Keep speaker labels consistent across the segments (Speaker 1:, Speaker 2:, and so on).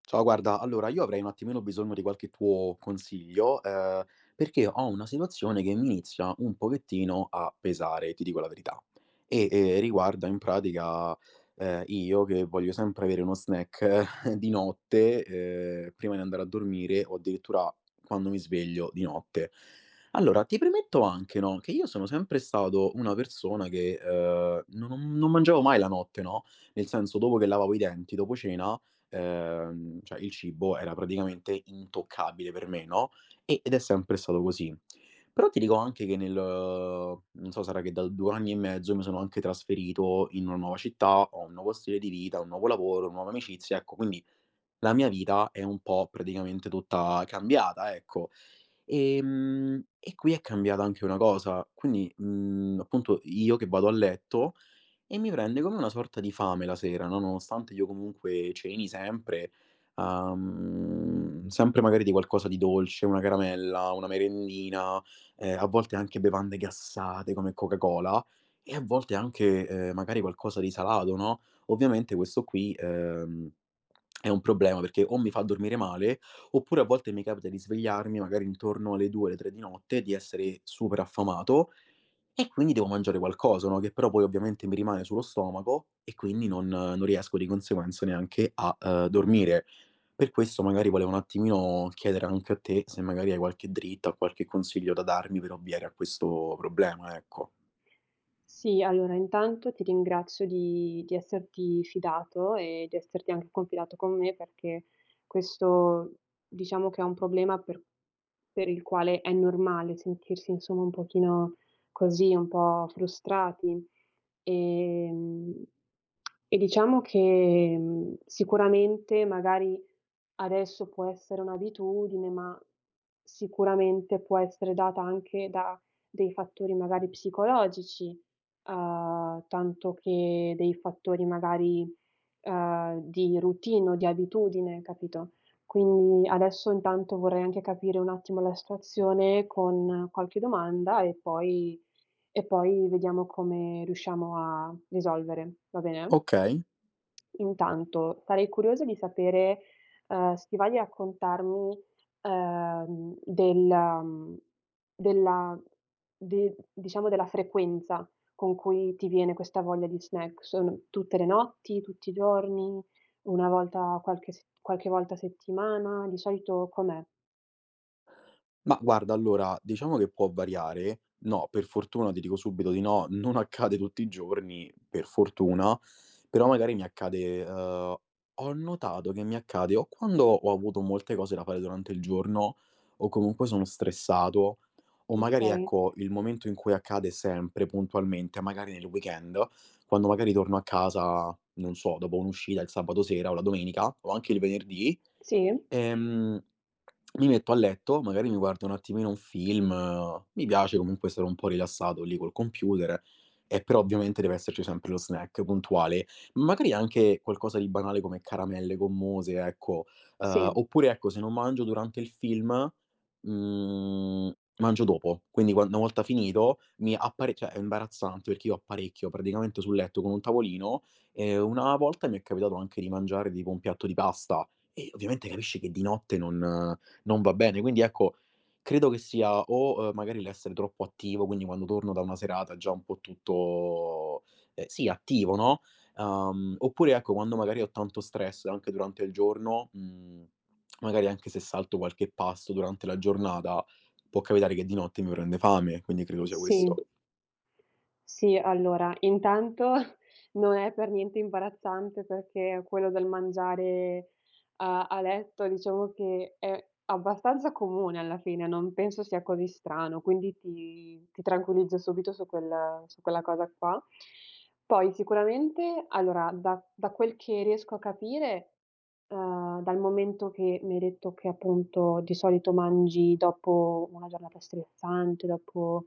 Speaker 1: Ciao, guarda, allora io avrei un attimino bisogno di qualche tuo consiglio, perché ho una situazione che mi inizia un pochettino a pesare, ti dico la verità. Riguarda in pratica, io che voglio sempre avere uno snack di notte, prima di andare a dormire o addirittura quando mi sveglio di notte. Allora, ti premetto anche, no, che io sono sempre stato una persona che, non mangiavo mai la notte, no, nel senso dopo che lavavo i denti, dopo cena, cioè il cibo era praticamente intoccabile per me, no, ed è sempre stato così. Però ti dico anche che nel non so, sarà che da 2 anni e mezzo mi sono anche trasferito in una nuova città, ho un nuovo stile di vita, un nuovo lavoro, nuove amicizie, ecco, quindi la mia vita è un po' praticamente tutta cambiata, ecco. E qui è cambiata anche una cosa, quindi, appunto io che vado a letto e mi prende come una sorta di fame la sera, no, nonostante io comunque ceni sempre, sempre magari di qualcosa di dolce, una caramella, una merendina, a volte anche bevande gassate come Coca-Cola e a volte anche, magari qualcosa di salato, no. Ovviamente questo qui, è un problema perché o mi fa dormire male, oppure a volte mi capita di svegliarmi magari intorno alle 2, alle 3 di notte, di essere super affamato e quindi devo mangiare qualcosa, no, che però poi ovviamente mi rimane sullo stomaco e quindi non riesco di conseguenza neanche a, dormire. Per questo magari volevo un attimino chiedere anche a te se magari hai qualche dritta o qualche consiglio da darmi per ovviare a questo problema, ecco.
Speaker 2: Sì, allora intanto ti ringrazio di esserti fidato e di esserti anche confidato con me, perché questo, diciamo, che è un problema per il quale è normale sentirsi, insomma, un pochino così, un po' frustrati. Ehm, e diciamo che, sicuramente magari adesso può essere un'abitudine, ma sicuramente può essere data anche da dei fattori magari psicologici, tanto che dei fattori magari, di routine o di abitudine, capito? Quindi adesso intanto vorrei anche capire un attimo la situazione con qualche domanda e poi vediamo come riusciamo a risolvere, va bene?
Speaker 1: Okay.
Speaker 2: Intanto sarei curiosa di sapere, se ti va di raccontarmi, della mhmm, della de diciamo della frequenza con cui ti viene questa voglia di snack. Sono tutte le notti, tutti i giorni, una volta qualche volta a settimana? Di solito com'è?
Speaker 1: Ma guarda, allora, diciamo che può variare. No, per fortuna ti dico subito di no, non accade tutti i giorni, per fortuna, però magari mi accade, ho notato che mi accade o quando ho avuto molte cose da fare durante il giorno o comunque sono stressato, o magari
Speaker 2: Okay.
Speaker 1: ecco, il momento in cui accade sempre puntualmente, magari nel weekend, quando magari torno a casa, non so, dopo un'uscita il sabato sera o la domenica o anche il venerdì.
Speaker 2: Sì?
Speaker 1: Ehm, Mi metto a letto, magari mi guardo un attimino un film, mi piace comunque stare un po' rilassato lì col computer, e però ovviamente deve esserci sempre lo snack puntuale, magari anche qualcosa di banale come caramelle gommose, ecco.
Speaker 2: Sì.
Speaker 1: Oppure ecco, se non mangio durante il film, mhmm, mangio dopo. Quindi quan una volta finito mi appare cioè è imbarazzante perché io apparecchio praticamente sul letto con un tavolino e una volta mi è capitato anche di mangiare tipo un piatto di pasta. E ovviamente capisci che di notte non va bene. Quindi ecco, credo che sia o, magari l'essere troppo attivo, quindi quando torno da una serata già un po' tutto, sì attivo, no, oppure ecco quando magari ho tanto stress anche durante il giorno, magari anche se salto qualche pasto durante la giornata, può capitare che di notte mi prende fame, quindi credo sia
Speaker 2: Sì.
Speaker 1: questo.
Speaker 2: Sì, allora, intanto non è per niente imbarazzante, perché quello del mangiare a letto, diciamo, che è abbastanza comune alla fine, non penso sia così strano, quindi ti tranquillizzo subito su quella cosa qua. Poi sicuramente, allora, da quel che riesco a capire, dal momento che mi hai detto che appunto di solito mangi dopo una giornata stressante, dopo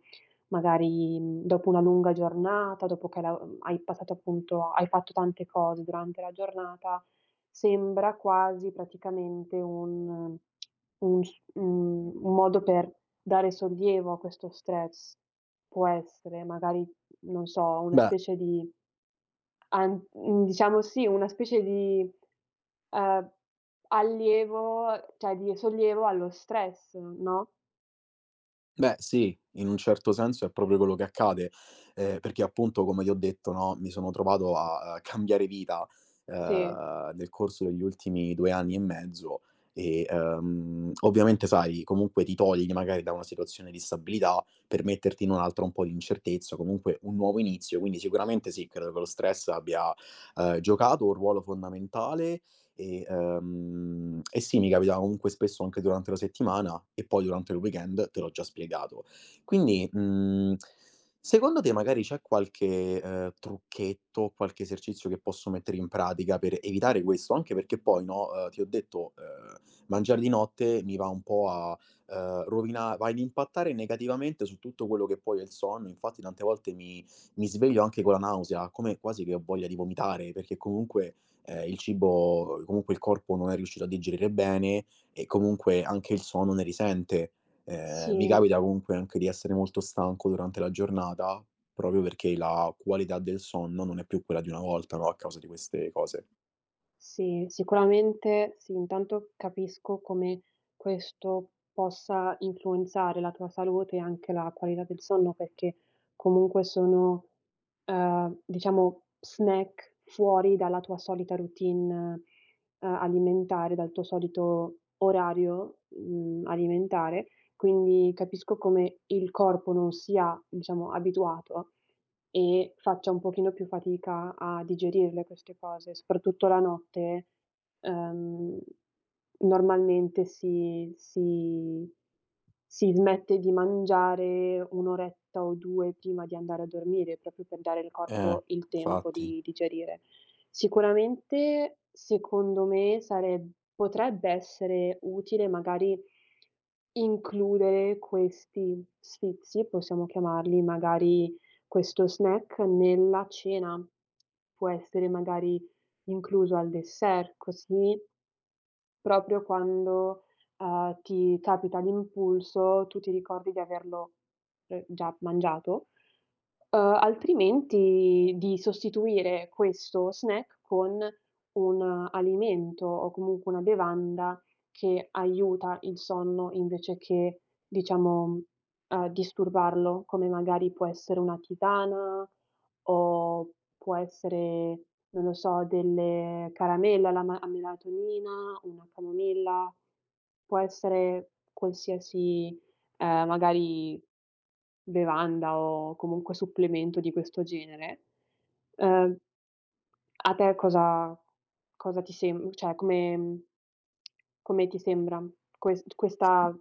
Speaker 2: magari, dopo una lunga giornata, dopo che la hai passato, appunto, hai fatto tante cose durante la giornata, sembra quasi praticamente un modo per dare sollievo a questo stress. Può essere magari, non so, una
Speaker 1: Beh
Speaker 2: specie di an mhmm, diciamo sì, una specie di, ehm, allievo, cioè, di sollievo allo stress, no?
Speaker 1: Beh sì, in un certo senso è proprio quello che accade, perché appunto come ti ho detto, no, mi sono trovato a cambiare vita,
Speaker 2: Sì,
Speaker 1: nel corso degli ultimi 2 anni e mezzo e, ovviamente sai, comunque ti togli magari da una situazione di stabilità per metterti in un'altra un po' di incertezza, comunque un nuovo inizio, quindi sicuramente sì, credo che lo stress abbia, giocato un ruolo fondamentale e sì, mi capitava comunque spesso anche durante la settimana e poi durante il weekend, te l'ho già spiegato. Quindi, secondo te magari c'è qualche, trucchetto, qualche esercizio che posso mettere in pratica per evitare questo? Anche perché poi, no, ti ho detto, mangiare di notte mi va un po' a, rovina va ad impattare negativamente su tutto quello che poi è il sonno, infatti tante volte mi sveglio anche con la nausea, come quasi che ho voglia di vomitare, perché comunque il cibo comunque il corpo non è riuscito a digerire bene e comunque anche il sonno ne risente. Mi
Speaker 2: sì.
Speaker 1: capita comunque anche di essere molto stanco durante la giornata, proprio perché la qualità del sonno non è più quella di una volta, no, a causa di queste cose.
Speaker 2: Sì, sicuramente sì, intanto capisco come questo possa influenzare la tua salute e anche la qualità del sonno, perché comunque sono, diciamo, snack fuori dalla tua solita routine, alimentare, dal tuo solito orario, alimentare, quindi capisco come il corpo non sia, diciamo, abituato e faccia un pochino più fatica a digerirle queste cose, soprattutto la notte. ehm, Normalmente si smette di mangiare 1 oretta o 2 prima di andare a dormire, proprio per dare al
Speaker 1: Eh,
Speaker 2: corpo il tempo
Speaker 1: infatti.
Speaker 2: di digerire. Sicuramente, secondo me, sareb potrebbe essere utile magari includere questi sfizi, possiamo chiamarli, magari questo snack nella cena. Può essere magari incluso al dessert, così proprio quando, ti capita l'impulso, tu ti ricordi di averlo, già mangiato, altrimenti di sostituire questo snack con un alimento o comunque una bevanda che aiuta il sonno invece che, diciamo, disturbarlo, come magari può essere una tisana o può essere, non lo so, delle caramelle alla ma a melatonina, una camomilla. Può essere qualsiasi, magari bevanda o comunque supplemento di questo genere. Ehm, a te cosa cosa ti sem cioè come ti sembra ques questa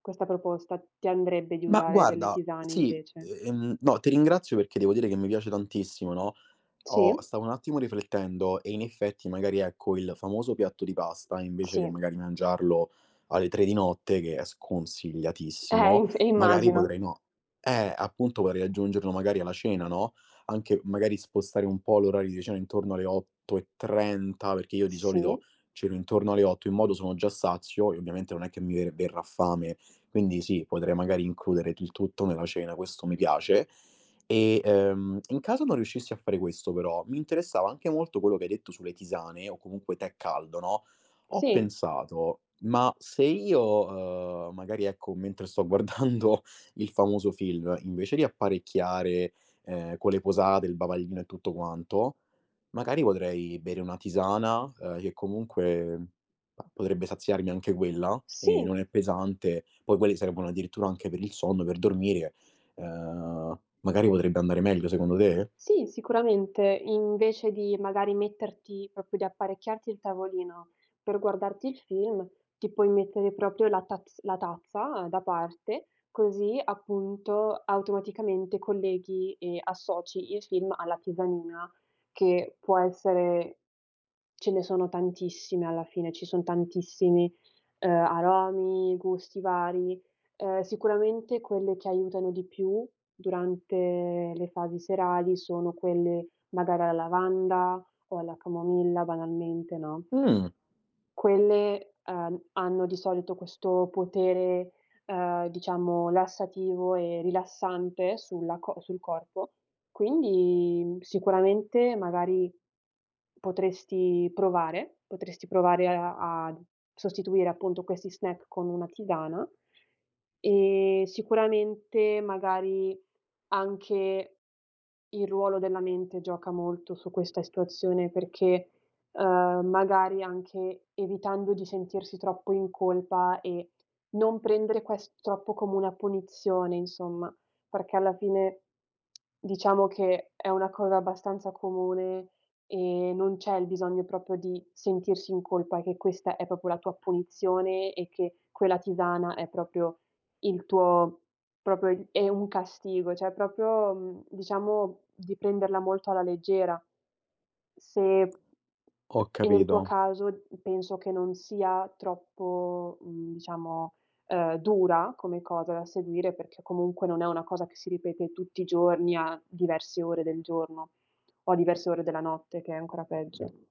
Speaker 2: questa proposta? Ti andrebbe di
Speaker 1: Ma
Speaker 2: usare delle
Speaker 1: guarda,
Speaker 2: tisane
Speaker 1: sì,
Speaker 2: invece?
Speaker 1: no, ti ringrazio perché devo dire che mi piace tantissimo, no.
Speaker 2: Sì,
Speaker 1: Oh, stavo un attimo riflettendo e in effetti magari ecco il famoso piatto di pasta, invece che
Speaker 2: sì.
Speaker 1: magari mangiarlo alle 3 di notte, che è sconsigliatissimo,
Speaker 2: Inf
Speaker 1: magari
Speaker 2: immagino.
Speaker 1: potrei no appunto potrei aggiungerlo magari alla cena, no, anche magari spostare un po' l'orario di cena intorno alle 8:30, perché io di solito
Speaker 2: Sì,
Speaker 1: ceno intorno alle 8, in modo sono già sazio e ovviamente non è che mi verrà fame. Quindi sì, potrei magari includere il tutto nella cena, questo mi piace. E, in caso non riuscissi a fare questo però, mi interessava anche molto quello che hai detto sulle tisane o comunque tè caldo, no, ho
Speaker 2: sì,
Speaker 1: pensato: ma se io, magari ecco, mentre sto guardando il famoso film, invece di apparecchiare, con le posate, il bavaglino e tutto quanto, magari potrei bere una tisana, che comunque pa potrebbe saziarmi anche quella, e
Speaker 2: sì.
Speaker 1: non è pesante. Poi quelle servono addirittura anche per il sonno, per dormire. Magari potrebbe andare meglio secondo te?
Speaker 2: Sì, sicuramente, invece di magari metterti proprio di apparecchiarti il tavolino per guardarti il film, ti puoi mettere proprio la tazza da parte, così appunto automaticamente colleghi e associ il film alla tisanina, che può essere ce ne sono tantissime alla fine, ci son tantissimi, aromi, gusti vari. Sicuramente quelle che aiutano di più durante le fasi serali sono quelle magari alla lavanda o alla camomilla, banalmente, no?
Speaker 1: Mh,
Speaker 2: Quelle, hanno di solito questo potere, diciamo, lassativo e rilassante sul corpo, quindi sicuramente magari potresti provare a a sostituire, appunto, questi snack con una tisana, e sicuramente magari anche il ruolo della mente gioca molto su questa situazione, perché magari anche evitando di sentirsi troppo in colpa e non prendere ques troppo come una punizione, insomma, perché alla fine, diciamo, che è una cosa abbastanza comune e non c'è il bisogno proprio di sentirsi in colpa, che questa è proprio la tua punizione e che quella tisana è proprio il tuo, proprio il è un castigo, cioè, proprio, diciamo di prenderla molto alla leggera. Se
Speaker 1: ho
Speaker 2: e nel
Speaker 1: capito.
Speaker 2: tuo caso penso che non sia troppo, diciamo, dura come cosa da seguire, perché comunque non è una cosa che si ripete tutti i giorni a diverse ore del giorno o a diverse ore della notte, che è ancora peggio. Mh.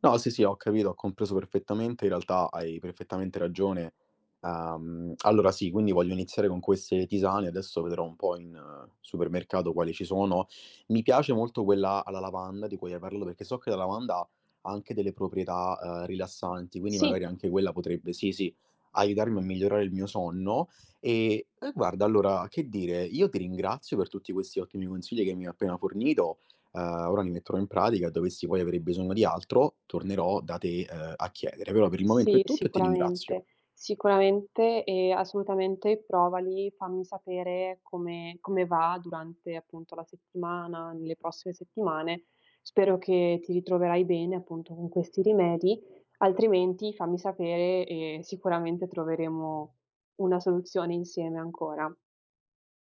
Speaker 1: No, sì, sì, ho capito, ho compreso perfettamente, in realtà hai perfettamente ragione. Allora sì, quindi voglio iniziare con queste tisane, adesso vedrò un po' in supermercato quali ci sono. Mi piace molto quella alla lavanda di cui hai parlato, perché so che la lavanda ha anche delle proprietà rilassanti, quindi magari
Speaker 2: Sì.
Speaker 1: anche quella potrebbe, sì, sì, aiutarmi a migliorare il mio sonno. E guarda, allora, che dire, io ti ringrazio per tutti questi ottimi consigli che mi hai appena fornito. Ehm, ora li metterò in pratica e dovessi poi avere bisogno di altro, tornerò da te, a chiedere. Però per il momento
Speaker 2: Sì,
Speaker 1: è tutto e ti ringrazio.
Speaker 2: sicuramente. Sicuramente e assolutamente provali, fammi sapere come va durante, appunto, la settimana, nelle prossime settimane. Spero che ti ritroverai bene, appunto, con questi rimedi, altrimenti fammi sapere e sicuramente troveremo una soluzione insieme ancora.